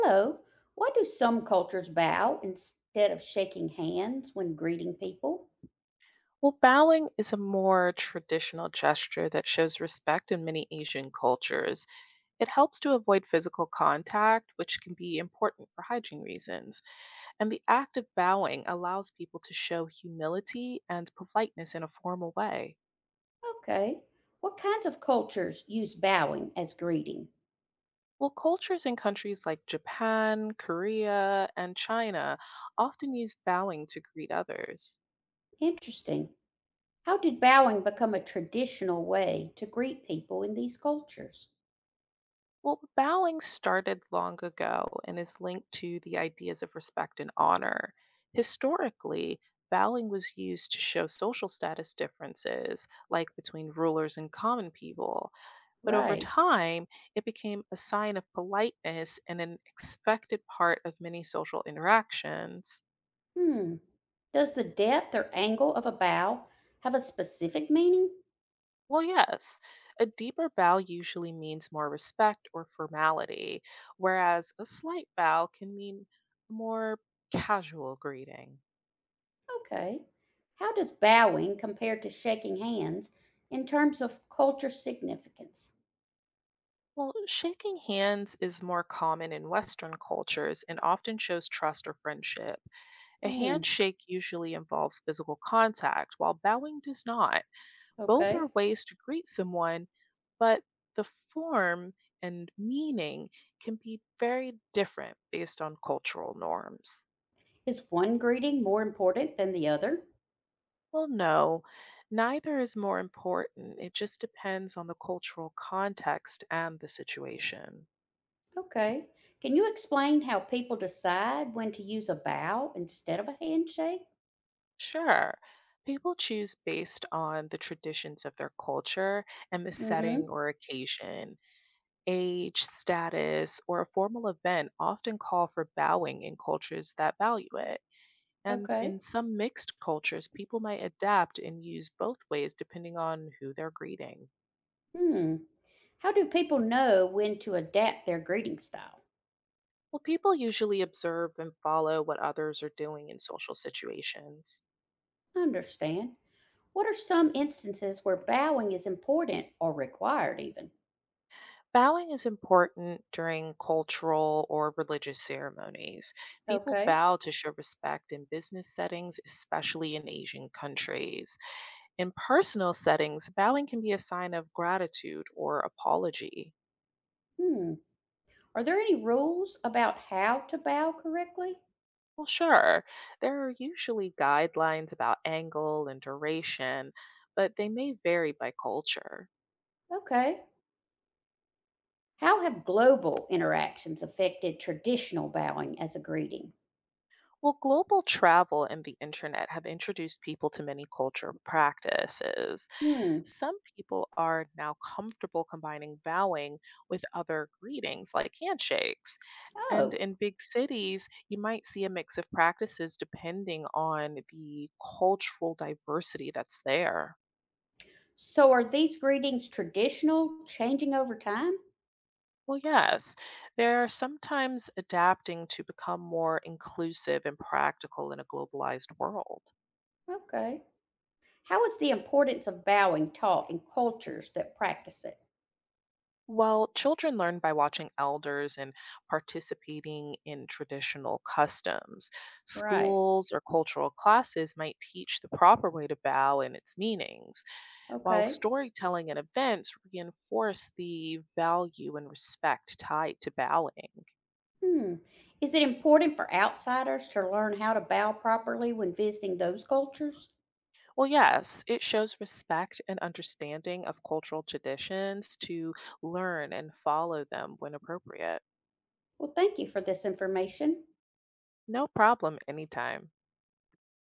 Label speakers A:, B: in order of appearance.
A: Hello. Why do some cultures bow instead of shaking hands when greeting people?
B: Well, bowing is a more traditional gesture that shows respect in many Asian cultures. It helps to avoid physical contact, which can be important for hygiene reasons. And the act of bowing allows people to show humility and politeness in a formal way.
A: Okay. What kinds of cultures use bowing as greeting?
B: Well, cultures in countries like Japan, Korea, and China often use bowing to greet others.
A: Interesting. How did bowing become a traditional way to greet people in these cultures?
B: Well, bowing started long ago and is linked to the ideas of respect and honor. Historically, bowing was used to show social status differences, like between rulers and common people. But over
A: Right.
B: time, it became a sign of politeness and an expected part of many social interactions.
A: Hmm. Does the depth or angle of a bow have a specific meaning?
B: Well, yes, a deeper bow usually means more respect or formality, whereas a slight bow can mean more casual greeting.
A: Okay. How does bowing compare to shaking hands in terms of culture significance?
B: Well, shaking hands is more common in Western cultures and often shows trust or friendship. A
A: Hmm.
B: handshake usually involves physical contact, while bowing does not. Both are
A: Okay.
B: ways to greet someone, but the form and meaning can be very different based on cultural norms.
A: Is one greeting more important than the other?
B: Well, no, neither is more important. It just depends on the cultural context and the situation.
A: Okay. Can you explain how people decide when to use a bow instead of a handshake?
B: Sure, people choose based on the traditions of their culture and the setting
A: Mm-hmm.
B: or occasion. Age, status, or a formal event often call for bowing in cultures that value it. And
A: Okay.
B: in some mixed cultures, people might adapt and use both ways depending on who they're greeting.
A: Hmm. How do people know when to adapt their greeting style?
B: Well, people usually observe and follow what others are doing in social situations.
A: I understand. What are some instances where bowing is important or required even?
B: Bowing is important during cultural or religious ceremonies. People
A: Okay.
B: bow to show respect in business settings, especially in Asian countries. In personal settings, bowing can be a sign of gratitude or apology.
A: Hmm. Are there any rules about how to bow correctly?
B: Well, sure, there are usually guidelines about angle and duration, but they may vary by culture.
A: Okay. How have global interactions affected traditional bowing as a greeting?
B: Well, global travel and the internet have introduced people to many culture practices.
A: Hmm.
B: Some people are now comfortable combining bowing with other greetings like handshakes. And
A: Oh,
B: in big cities, you might see a mix of practices depending on the cultural diversity that's there.
A: so are these greetings traditional, changing over time?
B: Well, yes, they're sometimes adapting to become more inclusive and practical in a globalized world.
A: Okay. How is the importance of bowing taught in cultures that practice it?
B: Well, children learn by watching elders and participating in traditional customs.
A: Right.
B: Schools or cultural classes might teach the proper way to bow and its meanings, while
A: Okay.
B: storytelling and events reinforce the value and respect tied to bowing.
A: Hmm. Is it important for outsiders to learn how to bow properly when visiting those cultures?
B: Well, yes, it shows respect and understanding of cultural traditions to learn and follow them when appropriate.
A: Well, thank you for this information.
B: No problem anytime.